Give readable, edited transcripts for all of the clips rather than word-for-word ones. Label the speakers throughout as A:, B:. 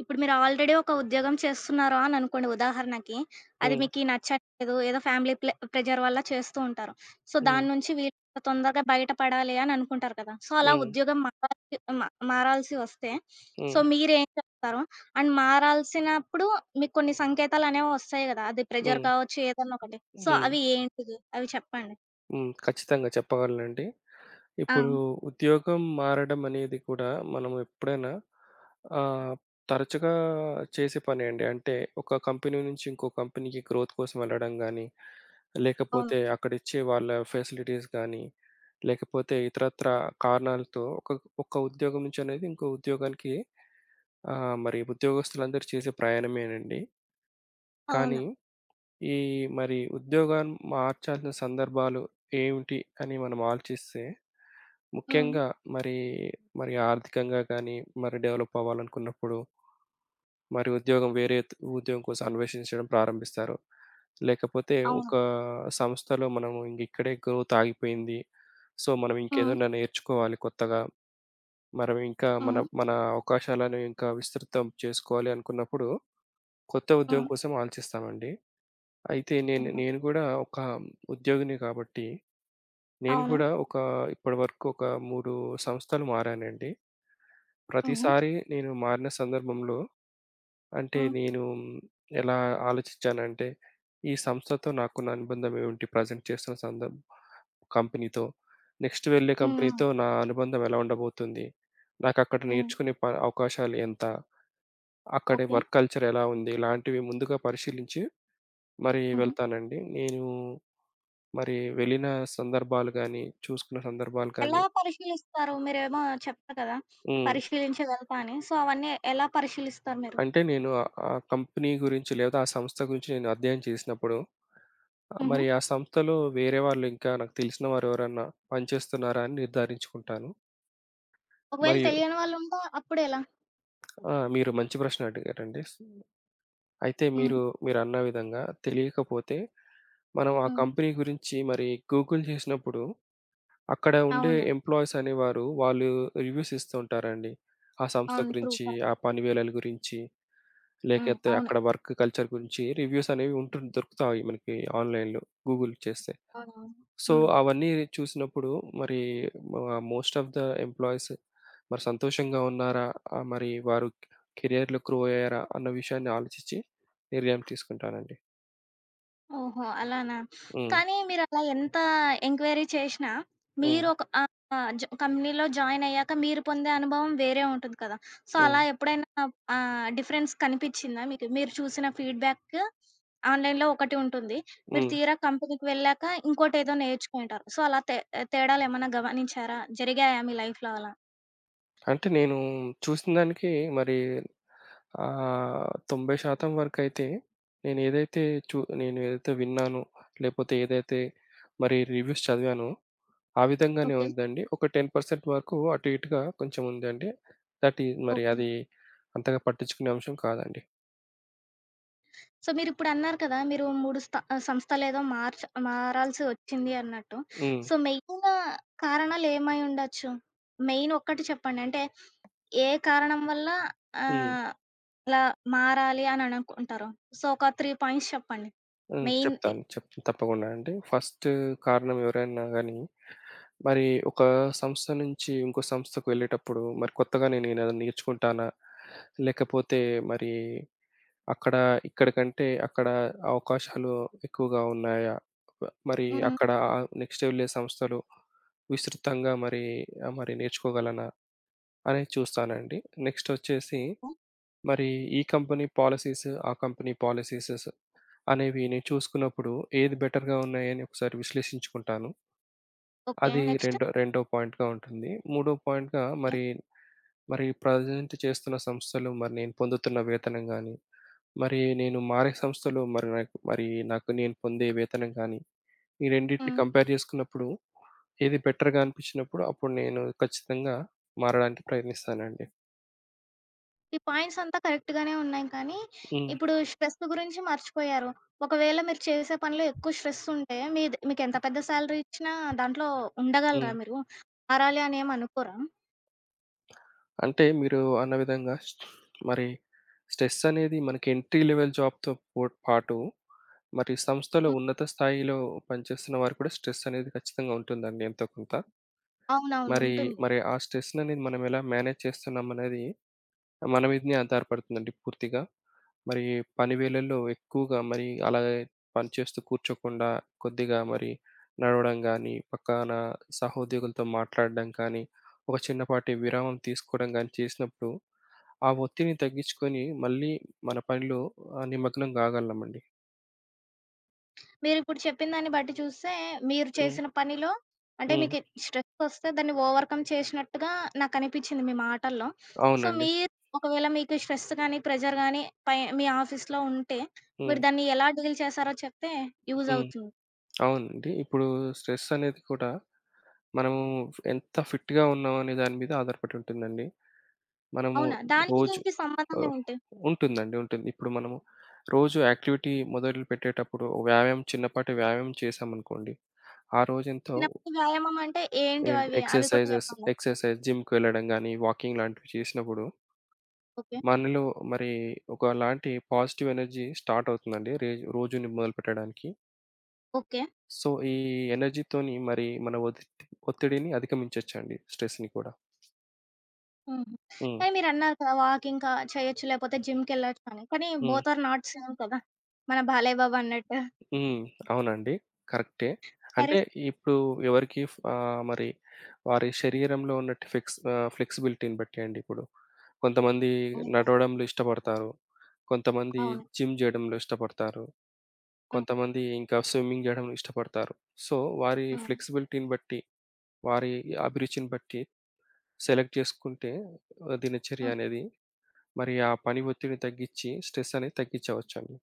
A: ఇప్పుడు మీరు ఆల్రెడీ ఒక ఉద్యోగం చేస్తున్నారు అని అనుకోండి ఉదాహరణకి. అది
B: హ్మ్.
A: మీకీ నచ్చట్లేదు. ఏదో ఫ్యామిలీ ప్రెజర్ వల్ల చేస్తూ ఉంటారు. సో,
B: హ్మ్.
A: దాని నుంచి వీళ్ళు తొందరగా బయటపడాలి అని అనుకుంటారు కదా! సో, అలా
B: హ్మ్.
A: ఉద్యోగం మారాల్సి వస్తే సో,
B: హ్మ్.
A: మీరేం చేస్తారు? అండ్ మారాల్సినప్పుడు మీకు కొన్ని సంకేతాలనేవి వస్తాయి గదా! అది ప్రెజర్
B: హ్మ్.
A: కావచ్చు ఏదన్నా ఒకటి. సో,
B: హ్మ్.
A: అవి ఏంటిది? అవి చెప్పండి.
B: హ్మ్. ఖచ్చితంగా చెప్పగలనండి.
A: ఆ!
B: ఇప్పుడు ఉద్యోగం మారడం అనేది కూడా మనం ఎప్పుడైనా ఆహ్, తరచుగా చేసే పనే అండి. అంటే ఒక కంపెనీ నుంచి ఇంకో కంపెనీకి గ్రోత్ కోసం వెళ్ళడం గానీ,
A: అవును.
B: లేకపోతే అక్కడిచ్చే వాళ్ళ ఫెసిలిటీస్ గానీ, లేకపోతే ఇతరత్రా కారణాలతో ఒక ఒక ఉద్యోగం నుంచి అనేది ఇంకో ఉద్యోగానికి మరి ఉద్యోగస్తులందరూ చేసే ప్రయాణమేనండి. కానీ
A: అవును.
B: ఈ మరి ఉద్యోగాన్ని మార్చాల్సిన సందర్భాలు ఏమిటి అని మనం ఆలోచిస్తే,
A: హ్మ్.
B: ముఖ్యంగా మరి, మరి ఆర్థికంగా కానీ, మరి డెవలప్ అవ్వాలనుకున్నప్పుడు, మరి ఉద్యోగం వేరే త్ ఉద్యోగం కోసం అన్వేషించడం ప్రారంభిస్తారు. లేకపోతే
A: అవును.
B: ఒక సంస్థలో మనం ఇంక ఇక్కడే గ్రోత్ ఆగిపోయింది. సో, మనం
A: హ్మ్.
B: ఇంకేదైనా నేర్చుకోవాలి కొత్తగా. మనం ఇంకా మన
A: హ్మ్.
B: మన అవకాశాలను ఇంకా విస్తృతం చేసుకోవాలి అనుకున్నప్పుడు, కొత్త ఉద్యోగం
A: హ్మ్.
B: కోసం ఆలోచిస్తామండి. అయితే నేను
A: హ్మ్.
B: నేను గూడా ఒక ఉద్యోగిని కాబట్టి, నేను
A: అవును.
B: కూడా ఒక ఇప్పటివరకు ఒక 3 సంస్థలు మారానండి.
A: హుహు.
B: ప్రతిసారి నేను మారిన సందర్భంలో అంటే
A: హ్మ్.
B: నేను ఎలా ఆలోచించానంటే, ఈ సంస్థతో నాకున్న అనుబంధం ఏమిటి? ప్రెజెంట్ చేస్తున్న సందర్భ కంపెనీతో, నెక్స్ట్ వెళ్ళే
A: హ్మ్. హ్మ్.
B: కంపెనీతో నా అనుబంధం ఎలా ఉండబోతుంది? నాకక్కడ
A: హ్మ్.
B: నేర్చుకునే ప అవకాశాలు ఎంత? అక్కడి
A: ఓకే.
B: వర్క్ కల్చర్ ఎలా ఉంది? ఇలాంటివి ముందుగా పరిశీలించి మరి
A: హుహు.
B: వెళ్తానండి. నేను మరి వెళ్ళిన సందర్భాలు గానీ, చూసుకున్న సందర్భాలు
A: ఎలా
B: కానీ
A: పరిశీలిస్తారు? మీరేమో చెప్పారు కదా!
B: హ్మ్.
A: పరిశీలించి వెళ్తా అని. సో, అవన్నీ ఎలా పరిశీలిస్తారు మీరు?
B: అంటే నేను ఆ కంపెనీ గురించి లేదా ఆ సంస్థ గురించి నేను అధ్యయనం చేసినప్పుడు,
A: హుహు.
B: మరి ఆ సంస్థలో వేరే వాళ్ళు ఇంకా నాకు తెలిసిన వారు ఎవరన్నా పనిచేస్తున్నారా అని నిర్ధారించుకుంటాను.
A: ఒకవేళ
B: మరియు
A: తెలియని వాళ్ళుంటే అప్పుడెలా?
B: మీరు మంచి ప్రశ్న అడిగారండి. అయితే
A: హ్మ్.
B: మీరు మీరన్న విధంగా తెలియకపోతే మనం ఆ
A: హ్మ్.
B: కంపెనీ గురించి మరి గూగుల్ చేసినప్పుడు అక్కడ ఉండే
A: అవును.
B: ఎంప్లాయీస్ అనేవారు వాళ్ళు రివ్యూస్ ఇస్తూ ఉంటారండి. ఆ సంస్థ
A: అవును. ట్రూ.
B: గురించి, ఆ
A: కరెక్ట్.
B: పని వేళల గురించి,
A: హ్మ్.
B: లేకపోతే
A: అవును.
B: అక్కడ వర్క్ కల్చర్ గురించి రివ్యూస్ అనేవి దొరుకుతాయి మనకి ఆన్‌లైన్‌లో గూగుల్ చేస్తే.
A: అవునవును.
B: సో,
A: హ్మ్.
B: అవన్నీ చూసినప్పుడు మరి మోస్ట్ ఆఫ్ ద ఎంప్లాయీస్ మరి సంతోషంగా ఉన్నారా? మరి వారు కెరియర్‌లో గ్రో అయ్యారా? అన్న విషయాన్ని ఆలోచించి నిర్ణయం తీసుకుంటానండి.
A: ఓహో! అలానా?
B: హ్మ్.
A: కానీ మీరలా ఎంత ఎంక్వైరీ చేషినా,
B: హ్మ్.
A: మీరు ఒక కంపెనీలో జాయిన్ అయ్యాక మీరు పొందే అనుభవం వేరే ఉంటుంది కదా! సో,
B: హ్మ్.
A: అలా ఎప్పుడైనా డిఫరెన్స్ కనిపిచ్చిందా మీకు? మీరు చూసిన ఫీడ్‌బ్యాక్ ఆన్‌లైన్‌లో ఒకటి ఉంటుంది. మీరు
B: హ్మ్.
A: తీరా కంపెనీకి వెళ్ళాక ఇంకోటేదో నేర్చుకుంటారు. సో, అలా తే తేడాలేమన్నా గమనించారా? జరిగాయా మీ లైఫ్‌లో అలా?
B: అంటే నేను చూసిన దానికి మరి 90% వరకైతే నేనేదైతే చు నేను ఏదైతే విన్నానో, లేపోతే ఏదైతే విన్నాను లేకపోతే ఏదైతే మరి రివ్యూస్ చదివానో, ఆ విధంగానే
A: ఓకే.
B: ఉందండి. ఒక 10% వరకు అటు ఇటుగా కొంచెం ఉందండి. దట్ ఈజ్ మరి
A: ఓకే.
B: అది అంతగా పట్టించుకునే అంశం కాదండి.
A: సో, మీరిప్పుడన్నారు కదా! మీరు 3 సంస్థలేదో మారాల్సి వచ్చింది అన్నట్టు.
B: హ్మ్.
A: సో, మెయిన్ కారణాలేమై ఉండొచ్చు? మెయిన్ ఒక్కటి చెప్పండి. అంటే, ఏ కారణం వల్ల
B: హ్మ్.
A: ఆహ్, అలా మారాలి అని అనుకుంటారు? సో, ఒక 3 పాయింట్స్ చెప్పండి.
B: హ్మ్.
A: మెయిన్‌ది.
B: చెప్తాను. చెప్తాను తప్పకుండా అండి. ఫస్ట్ కారణం ఎవరైనా గాని, మరి ఒక సంస్థ నుంచి ఇంకో సంస్థకు వెళ్ళేటప్పుడు, మరి కొత్తగా నేనేదైనా నేర్చుకుంటానా? లేకపోతే మరి అక్కడ ఇక్కడ కంటే అక్కడ అవకాశాలు ఎక్కువగా ఉన్నాయా? మరి
A: హ్మ్.
B: అక్కడ నెక్స్ట్ వెళ్ళే సంస్థలు విస్తృతంగా మరి మరి నేర్చుకోగలనా? అనేది చూస్తానండి. నెక్స్ట్ వచ్చేసి మరి ఈ కంపెనీ పాలిసీస్, ఆ కంపెనీ పాలిసీసెస్ అనేవి నేను చూసుకున్నప్పుడు ఏది బెటర్‌గా ఉన్నాయని ఒకసారి విశ్లేషించుకుంటాను.
A: ఓకే.
B: అది
A: నెక్స్ట్?
B: రెండో రెండో పాయింట్‌గా ఉంటుంది. మూడో పాయింట్‌గా మరి, మరి ప్రజెంట్ చేస్తున్న సంస్థలు మరి నేను పొందుతున్న వేతనం గాని, మరి నేను మారే సంస్థలో మరి నాకు మరి నాకు నేను పొందే వేతనం గాని, ఈ రెండిటిని
A: హ్మ్.
B: కంపేర్ చేసుకున్నప్పుడు ఏది బెటర్‌గా అనిపించినప్పుడు అప్పుడు నేను ఖచ్చితంగా మారడానికి ప్రయత్నిస్తానండి.
A: ఈ పాయింట్స్ అంతా కరెక్ట్ గానే ఉన్నాయి కానీ,
B: హ్మ్.
A: ఇప్పుడు స్ట్రెస్ గురించి మర్చిపోయారు. ఒకవేళ మీరు చేసే పనిలో ఎక్కువ స్ట్రెస్ ఉంటే, మీకెంత పెద్ద సాలరీ ఇచ్చినా దాంట్లో
B: హ్మ్.
A: ఉండగలరా మీరు? మారాలి అని ఏమి అనుకోరా?
B: అంటే మీరు అన్న విధంగా మరి స్ట్రెస్ అనేది మనకి ఎంట్రీ లెవెల్ జాబ్‌తో పాటు మరి సంస్థలో
A: హ్మ్.
B: ఉన్నత స్థాయిలో పనిచేస్తున్న వారు కూడా స్ట్రెస్ అనేది ఖచ్చితంగా ఉంటుందండి ఎంతో కొంత.
A: అవునవును.
B: మరి,
A: ఉంటుంది.
B: మరి ఆ స్ట్రెస్‌ననేది మనం ఎలా మేనేజ్ చేస్తున్నాం అనేది మన మీదనే ఆధారపడుతుందండి పూర్తిగా. మరి పని వేళల్లో ఎక్కువగా మరి అలా పనిచేస్తూ కూర్చోకుండా కొద్దిగా మరి నడవడం గానీ, పక్కన సహోద్యోగులతో మాట్లాడడం కానీ, ఒక చిన్నపాటి విరామం తీసుకోవడం గానీ చేసినప్పుడు ఆ ఒత్తిడిని తగ్గించుకొని మళ్ళీ మన పనిలో నిమగ్నం కాగలమండి.
A: మీరిప్పుడు చెప్పిన దాన్ని బట్టి చూస్తే, మీరు
B: హ్మ్.
A: చేసిన పనిలో అంటే
B: హ్మ్.
A: మీకు స్ట్రెస్ వస్తే దాన్ని ఓవర్‌కమ్ చేసినట్టుగా నాకనిపించింది మీ మాటల్లో. సో,
B: అవునండి.
A: మీరు ఒకవేళ మీకు స్ట్రెస్ గాని, ప్రెషర్ గాని మీ ఆఫీస్‌లో ఉంటే,
B: హ్మ్.
A: మీరు దాన్ని ఎలా డీల్ చేశారో చెప్తే యూజ్
B: హ్మ్.
A: అవుతుంది.
B: అవునండి. ఇప్పుడు స్ట్రెస్ అనేది కూడా మనము ఎంత ఫిట్‌గా ఉన్నాం అనే దాని మీద ఆధారపడి ఉంటుందండి. మనము
A: అవునా? దానికి
B: రోజు
A: దీనికి సంబంధం
B: ఆహ్,
A: ఏంటి?
B: ఉంటుందండి. ఉంటుంది. ఇప్పుడు మనము రోజు యాక్టివిటీ మొదలు పెట్టేటప్పుడు వ్యాయామం చిన్నపాటి వ్యాయామం చేశామనుకోండి. ఆ రోజంతా
A: చిన్నప్పుడు వ్యాయామం అంటే
B: ఏంటి
A: ఏంటివవి? అవి అవి కూడా
B: ఎక్సర్‌సైజెస్
A: చెప్పండి.
B: ఎక్సర్‌సైజ్ జిమ్‌కెళ్ళడం గాని, వాకింగ్ లాంటివి చేసినప్పుడు
A: ఓకే.
B: మనలో మరి ఒకలాంటి పాజిటివ్ ఎనర్జీ స్టార్ట్ అవుతుందండి. రోజుని మొదలుపెట్టడానికి.
A: ఓకే.
B: సో, ఈ ఎనర్జీతోని మరి మన ఒత్తిడిని అధిగమించొచ్చండి. స్ట్రెస్‌ని కూడా.
A: హుహు.
B: హ్మ్.
A: కానీ మీరన్నారు కదా! వాకింగ్ కా చేయొచ్చు లేకపోతే జిమ్‌కెళ్ళొచ్చు అని. కానీ
B: హ్మ్.
A: బోత్ ఆర్ నాట్ సేమ్ కదా! మన బాలయ్య బాబు అన్నట్టు.
B: హ్మ్. అవునండి. కరెక్టే.
A: సరే.
B: అంటే ఇప్పుడు మరి వారి శరీరంలో ఉన్నట్టు ఫ్లెక్సిబిలిటీని బట్టి అండి ఇప్పుడు. కొంతమంది
A: హుహు.
B: నడవడంలో ఇష్టపడతారు. కొంతమంది
A: అవును.
B: జిమ్ జేయడంలో ఇష్టపడతారు.
A: హ్మ్.
B: కొంతమంది ఇంకా స్విమ్మింగ్ జేయడం ఇష్టపడతారు. సో, వారి
A: హ్మ్.
B: ఫ్లెక్సిబిలిటీని బట్టి, వారి అభిరుచిని బట్టి సెలెక్ట్ చేసుకుంటే
A: హ్మ్.
B: దినచర్య అనేది మరి ఆ పని ఒత్తిడిని తగ్గించి స్ట్రెస్ అనేది తగ్గించవచ్చండి.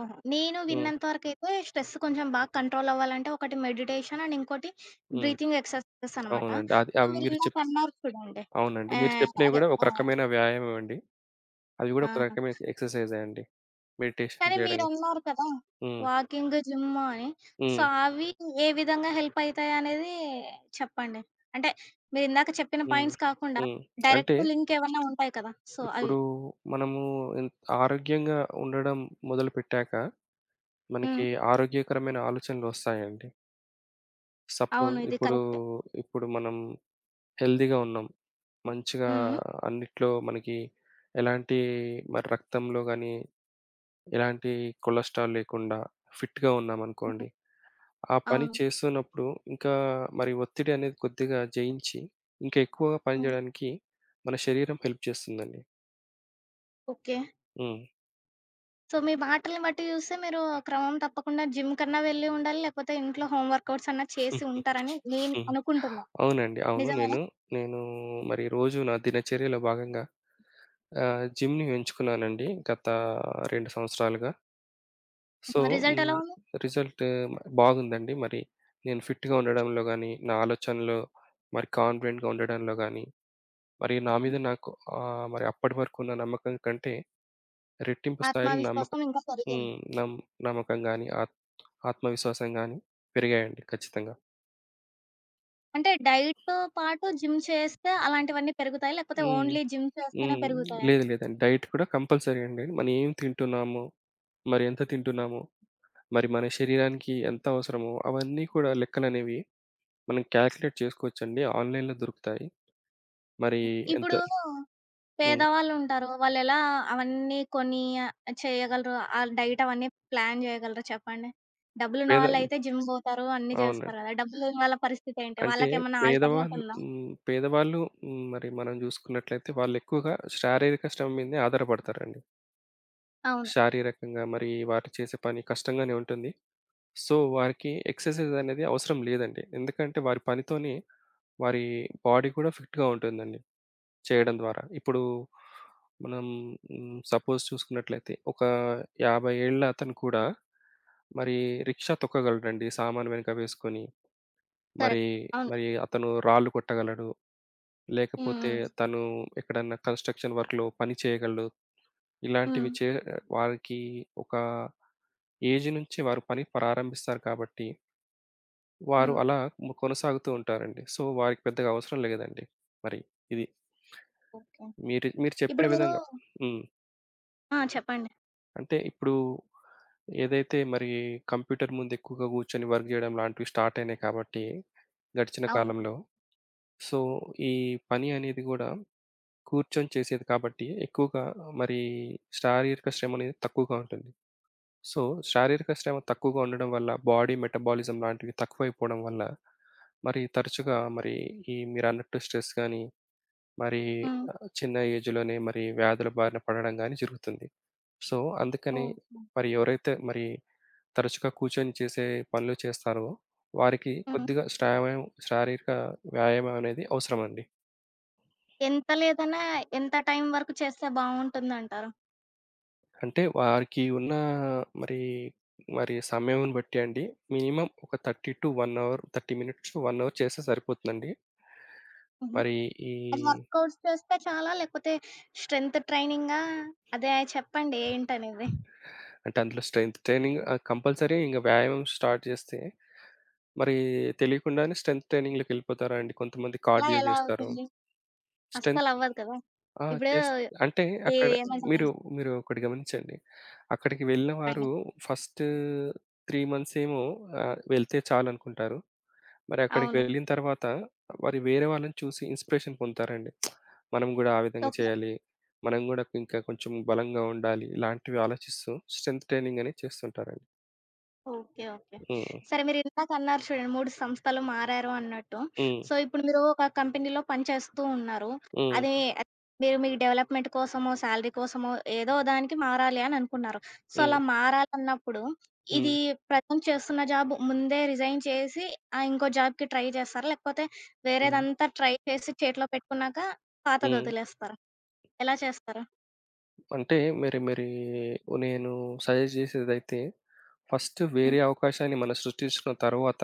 A: ఆహా! నేను
B: హ్మ్.
A: విన్నంత వరకైతే స్ట్రెస్ కొంచెం బాగా కంట్రోల్ అవ్వాలంటే ఒకటి మెడిటేషన్ అండ్ ఇంకోటి
B: హ్మ్.
A: బ్రీతింగ్ ఎక్సర్సైజెస్ అనమాట.
B: అవునండి. అది
A: సో,
B: అవి మీరు
A: మీరిందాక
B: చెప్
A: అన్నారు చూడండి.
B: అవునండి. మీరు చెప్పినవి
A: అదే
B: గూడా ఒక
A: ఆ!
B: రకమైన వ్యాయామం అండి. అవి గూడా
A: ఆ!
B: ఒక రకమైన ఎక్సర్‌సైజే అండి. మెడిటేషన్
A: కానీ
B: చేయడం.
A: మీరన్నారు కదా!
B: హ్మ్.
A: వాకింగ్, జిమ్ అని. సో,
B: హ్మ్.
A: అవి ఏ విధంగా హెల్ప్ అయితాయనేది చెప్పండి. అంటే మీరిందాక చెప్పిన
B: హ్మ్.
A: పాయింట్స్ కాకుండా
B: హ్మ్. అంటే
A: డైరెక్ట్ లింక్ ఏవన్నా ఉంటాయి కదా! సో, అవి.
B: ఇప్పుడు మనము ఎన్ ఆరోగ్యంగా ఉండడం మొదలుపెట్టాక మనకి
A: హ్మ్.
B: ఆరోగ్యకరమైన ఆలోచనలు వస్తాయండి. సపోజ్
A: అవును. ఇది
B: ఇప్పుడు,
A: కరెక్ట్.
B: ఇప్పుడు మనం హెల్తీగా ఉన్నాం. మంచిగా
A: హ్మ్.
B: అన్నిట్లో మనకి ఎలాంటి మరి రక్తంలో గాని, ఎలాంటి కొలెస్ట్రాల్ లేకుండా ఫిట్‌గా
A: హ్మ్.
B: ఉన్నామనుకోండి. ఆ పని
A: అవును.
B: చేస్తున్నప్పుడు ఇంకా మరి ఒత్తిడి అనేది కొద్దిగా జయించి, ఇంకా ఎక్కువగా పని
A: హ్మ్.
B: చేయడానికి మన శరీరం హెల్ప్ చేస్తుందండి.
A: ఓకే.
B: హ్మ్.
A: సో, మీ మాటల్ని బట్టి చూస్తే మీరు క్రమం తప్పకుండా జిమ్ కన్నా వెళ్ళి ఉండాలి, లేకపోతే ఇంట్లో హోమ్ వర్కౌట్స్ అన్నా చేసి ఉంటారని నేను
B: హ్మ్.
A: అనుకుంటున్నా.
B: అవునండి. అవును.
A: నిజమేనా?
B: నేను, నేను మరి రోజు నా దినచర్యలో భాగంగా జిమ్‌ని ఎంచుకున్నానండి గత 2 సంవత్సరాలుగా. సో,
A: రిజల్ట్ ఎలా
B: హ్మ్,
A: ఉంది?
B: రిజల్ట్ బాగుందండి. మరి నేను ఫిట్‌గా ఉండడంలో గాని, నా ఆలోచనలో మరి కాన్ఫిడెంట్‌గా ఉండడంలో గాని, మరి నా మీద నాకు మరి అప్పటి వరకు ఉన్న నమ్మకం కంటే రెట్టింపు స్థాయిలో నమ్మక
A: ఆత్మవిశ్వాసం ఇంకా పెరిగింది.
B: హ్మ్. నమ్ నమ్మకం గాని, ఆత్మవిశ్వాసం గాని పెరిగాయండి ఖచ్చితంగా.
A: అంటే డైట్‌తో పాటు జిమ్ చేస్తే అలాంటివన్నీ పెరుగుతాయా? లేకపోతే
B: హ్మ్.
A: ఓన్లీ జిమ్ చేస్తేనే
B: హ్మ్.
A: పెరుగుతాయా?
B: లేదు లేదండి. డైట్ కూడా కంపల్సరీ అండి. మనం ఏం తింటున్నాము, మరి ఎంత తింటున్నాము, మరి మన శరీరానికి ఎంత అవసరమో అవన్నీ కూడా లెక్కలనేవి మనం క్యాలిక్యులేట్ చేసుకోవచ్చండి. ఆన్‌లైన్‌లో దొరుకుతాయి. మరి ఎంత
A: ఇప్పుడు
B: హ్మ్.
A: పేదవాళ్ళుంటారు. వాళ్ళెలా అవన్నీ కొని చేయగలరు? ఆ డైట్ అవన్నీ ప్లాన్ చేయగలరు చెప్పండి? డబ్బులున్న
B: పేద
A: వాళ్ళైతే జిమ్ పోతారు, అన్నీ చేస్తారు
B: అవునండి.
A: గదా! డబ్బులేని వాళ్ళ పరిస్థితి ఏంటి?
B: అంటే
A: వాళ్ళకేమన్నా ఆల్టర్‌నేట్ ఉందా?
B: పేదవాళ్ళు హ్మ్. మరి మనం చూసుకున్నట్లయితే వాళ్ళు ఎక్కువగా శారీరక శ్రమ మీదనే ఆధారపడతారండి.
A: అవును.
B: శారీరకంగా మరి వారు చేసే పని కష్టంగానే ఉంటుంది. సో, వారికి ఎక్సర్‌సైజ్ అనేది అవసరం లేదండి. ఎందుకంటే వారి పనితోనే వారి బాడీ కూడా ఫిట్‌గా ఉంటుందండి చేయడం ద్వారా. ఇప్పుడు మనం సపోజ్ చూసుకున్నట్లయితే ఒక 50 ఏళ్ల అతను కూడా మరి రిక్షా తొక్కగలడండి సామాను వెనక వేసుకొని. మరి,
A: కరెక్ట్. అవును.
B: మరి అతను రాళ్ళు కొట్టగలడు.
A: హ్మ్.
B: లేకపోతే
A: హ్మ్.
B: తను ఎక్కడన్నా కన్‌స్ట్రక్షన్ వర్క్‌లో పని చేయగలడు. ఇలాంటివి
A: హ్మ్.
B: చే వారికి ఒక ఏజ్ నుంచి వారు పని ప్రారంభిస్తారు కాబట్టి, వారు
A: హ్మ్.
B: అలా కొనసాగుతూ ఉంటారండి. సో, వారికి పెద్దగా అవసరం లేదండి. మరి ఇది.
A: ఓకే.
B: మీరు మీరు చెప్పిన
A: ఇప్పుడు మీరు
B: విధంగా. హ్మ్.
A: ఆ! చెప్పండి.
B: అంటే ఇప్పుడు ఏదైతే మరి కంప్యూటర్ ముందు ఎక్కువగా కూర్చొని వర్క్ జేయడం లాంటివి స్టార్ట్ అయినాయి కాబట్టి, గడిచిన
A: అవును.
B: కాలంలో. సో, ఈ పని అనేది గూడా కూర్చొని చేసేది కాబట్టి ఎక్కువగా మరి శారీరక శ్రమ అనేది తక్కువగా ఉంటుంది. సో, శారీరక శ్రమ తక్కువగా ఉండడం వల్ల బాడీ మెటబాలిజం లాంటివి తక్కువైపోవడం వల్ల, మరి తరచుగా మరి ఈ మీరన్నట్టు స్ట్రెస్ గాని, మరి
A: హ్మ్.
B: చిన్న ఏజ్‌లోనే మరి వ్యాధుల బారిన పడడం గాని జరుగుతుంది. సో, అందుకని
A: ఓకే.
B: మరి ఎవరైతే మరి తరచుగా కూర్చొని చేసే పనులు చేస్తారో, వారికి
A: హ్మ్.
B: కొద్దిగా శారీరక వ్యాయామం అనేది అవసరమండి.
A: ఎంత లేదన్నా ఎంత టైమ్ వరకు చేస్తే బావుంటుందంటారు?
B: అంటే వారికి ఉన్న మరి, మరి సమయం బట్టి అండి మినిమమ్ ఒక 30 to 1 hour, 30 minutes to 1 hour చేస్తే సరిపోతుందండి.
A: హుహు.
B: మరి ఈ
A: అది వర్కౌట్స్ చేస్తే చాలా లేకపోతే స్ట్రెంత్ ట్రైనింగా? అదే చెప్పండి ఏంటనేది?
B: అంటే అందులో స్ట్రెంత్ ట్రైనింగ్ కంపల్సరీ ఇంక వ్యాయామం స్టార్ట్ చేస్తే, మరి తెలియకుండానే స్ట్రెంత్ ట్రైనింగ్‌లోకెళ్ళిపోతారండి. కొంతమంది
A: అలా
B: కార్డియో
A: ఎలా
B: చేస్తారు.
A: అవుతుంది?
B: స్ట్రెంత్
A: అస్సలవ్వదు కదా!
B: ఆ!
A: ఇప్పుడు
B: చేస్ అంటే
A: ఈ
B: అక్కడ
A: ఏమంటది?
B: మీరు, మీరు ఒకటి గమనించండి. అక్కడికి వెళ్ళిన
A: చెప్పండి.
B: వారు ఫస్ట్ 3 మంత్స్ ఏమో వెళ్తే చాలనుకుంటారు. మరి అక్కడికి
A: అవును.
B: వెళ్ళిన తర్వాత మరి వేరే వాళ్ళని చూసి ఇన్‌స్పిరేషన్ పొందుతారండి. మనం గూడా ఆ విధంగా
A: ఒక
B: చేయాలి. మనం గూడా ఇంకా కొంచెం బలంగా ఉండాలి. ఇలాంటివి ఆలోచిస్తూ స్ట్రెంత్ ట్రైనింగ్ అనేది చేస్తుంటారండి.
A: ఓకే. ఓకే.
B: హ్మ్.
A: సరే మీరిందాకన్నారు చూడండి 3 సంస్థలు మారారు అన్నట్టు.
B: హ్మ్.
A: సో, ఇప్పుడు మీరు ఒక కంపెనీలో పనిచేస్తూ ఉన్నారు.
B: హ్మ్.
A: అది మీరు మీ డెవలప్‌మెంట్ కోసమో, సాలరీ కోసమో ఏదో దానికి మారాలి అని అనుకున్నారు. సో,
B: హ్మ్.
A: అలా మారాలన్నప్పుడు
B: హ్మ్.
A: ఇది ప్రజెంట్ చేస్తున్న జాబ్ ముందే రిజైన్ చేసి ఇంకో జాబ్‌కి ట్రై చేస్తారా? లేకపోతే
B: హ్మ్.
A: వేరేదంతా ట్రై చేసి చేతిలో పెట్టుకున్నాక
B: హ్మ్.
A: పాతదొదిలేస్తారా? ఎలా చేస్తారు?
B: అంటే మరి మరి నేను సజెస్ట్ చేసేదైతే ఫస్ట్
A: హ్మ్.
B: వేరే అవకాశాన్ని మనం సృష్టించుకున్న తర్వాత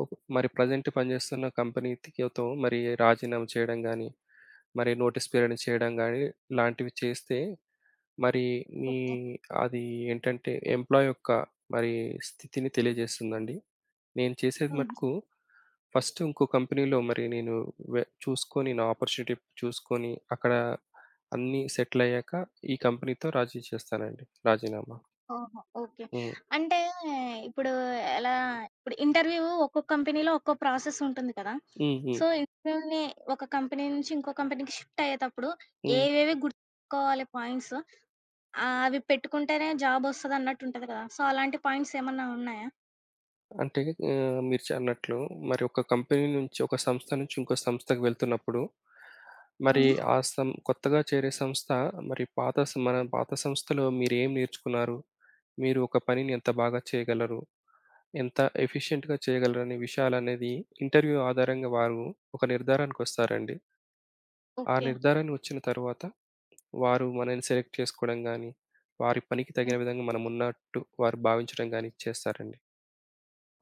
B: ఓ- మరి ప్రజెంట్ పనిచేస్తున్న కంపెనీతో మరి రాజీనామా చేయడం కానీ మరి నోటీస్ పీరియడ్ చేయడం కానీ ఇలాంటివి చేస్తే మరి మీ
A: ఓకే.
B: అది ఏంటంటే ఎంప్లాయ్ యొక్క మరి స్థితిని తెలియజేస్తుందండి. నేను చేసేది
A: హ్మ్.
B: మటుకు ఫస్ట్ ఇంకో కంపెనీలో మరి నేను చూసుకొని నా ఆపర్చునిటీ చూసుకొని, అక్కడ అన్నీ సెటిల్ అయ్యాక ఈ కంపెనీతో రాజీ చేస్తానండి. రాజీనామా.
A: ఓహో! ఓకే.
B: హ్మ్.
A: అంటే ఇప్పుడు ఎలా ఇప్పుడు ఇంటర్వ్యూ ఒక్కో కంపెనీలో ఒక్కో ప్రాసెస్ ఉంటుంది కదా!
B: హ్మ్. హ్మ్.
A: సో, ఇంటర్వ్యూ‌ని ఒక కంపెనీ నుంచి ఇంకో కంపెనీకి షిఫ్ట్ అయ్యేతప్పుడు
B: హ్మ్.
A: ఏవేవి గుర్తుకోవాలి పాయింట్స్? అవి పెట్టుకుంటేనే జాబ్ ఒస్తదన్నట్టు ఉంటది కదా! సో, అలాంటి పాయింట్స్ ఏమన్నా ఉన్నాయా?
B: అంటే ఆహ్, మీరు చ అన్నట్లు మరి ఒక కంపెనీ నుంచి, ఒక సంస్థ నుంచి ఇంకో సంస్థకి వెళ్తున్నప్పుడు, మరి
A: హ్మ్.
B: ఆ సం కొత్తగా చేరే సంస్థ మరి పాత సం మన పాత సంస్థలో మీరేం నేర్చుకున్నారు? మీరు ఒక పనిని ఎంత బాగా చేయగలరు? ఎంత ఎఫిషియెంట్‌గా చేయగలరనే విషయాలనేది ఇంటర్వ్యూ ఆధారంగా వారు ఒక నిర్ధారణకొస్తారండి. ఆ
A: ఓకే.
B: నిర్ధారణ వచ్చిన తర్వాత వారు మనల్ని సెలెక్ట్ చేసుకోవడం గానీ, వారి పనికి
A: హ్మ్.
B: తగిన విధంగా మనమున్నట్టు వారు భావించడం గానీ చేస్తారండి.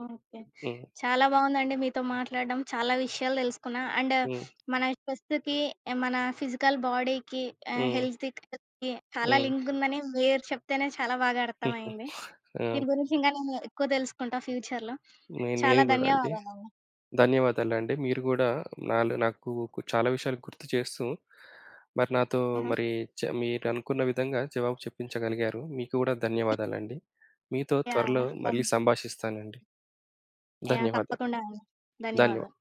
A: ఓకే.
B: హ్మ్.
A: చాలా బావుందండి మీతో మాట్లాడడం. చాలా విషయాలు తెలుసుకున్నా. అండ్
B: హ్మ్.
A: మన స్ట్రెస్‌కి, మన ఫిజికల్ బాడీకి
B: హ్మ్.
A: హెల్త్‌కి చాలా
B: హ్మ్.
A: లింక్ ఉందని మీరు చెప్తేనే చాలా బాగా అర్థమయింది.
B: ఆ!
A: దీని గురించి ఇంకా నేను ఎక్కువ తెలుసుకుంటా ఫ్యూచర్‌లో.
B: నేను నేను
A: చాలా
B: గూడా అండి.
A: ధన్యవాదాలండి.
B: ధన్యవాదాలండి. మీరు గూడా నాలో నాకు కు చాలా విషయాలు గుర్తు చేస్తూ, మరి నాతో
A: హుహు.
B: మరి చ మీరనుకున్న విధంగా జవాబు చెప్పించగలిగారు. మీకు కూడా ధన్యవాదాలండి. మీతో
A: యాహ్!
B: త్వరలో
A: యాహ్!
B: మళ్ళీ సంభాషిస్తానండి.
A: యాహ్!
B: ధన్యవాదాలు.
A: తప్పకుండా అండి. ధన్యవాదాలు.
B: ధన్యవాదాలు.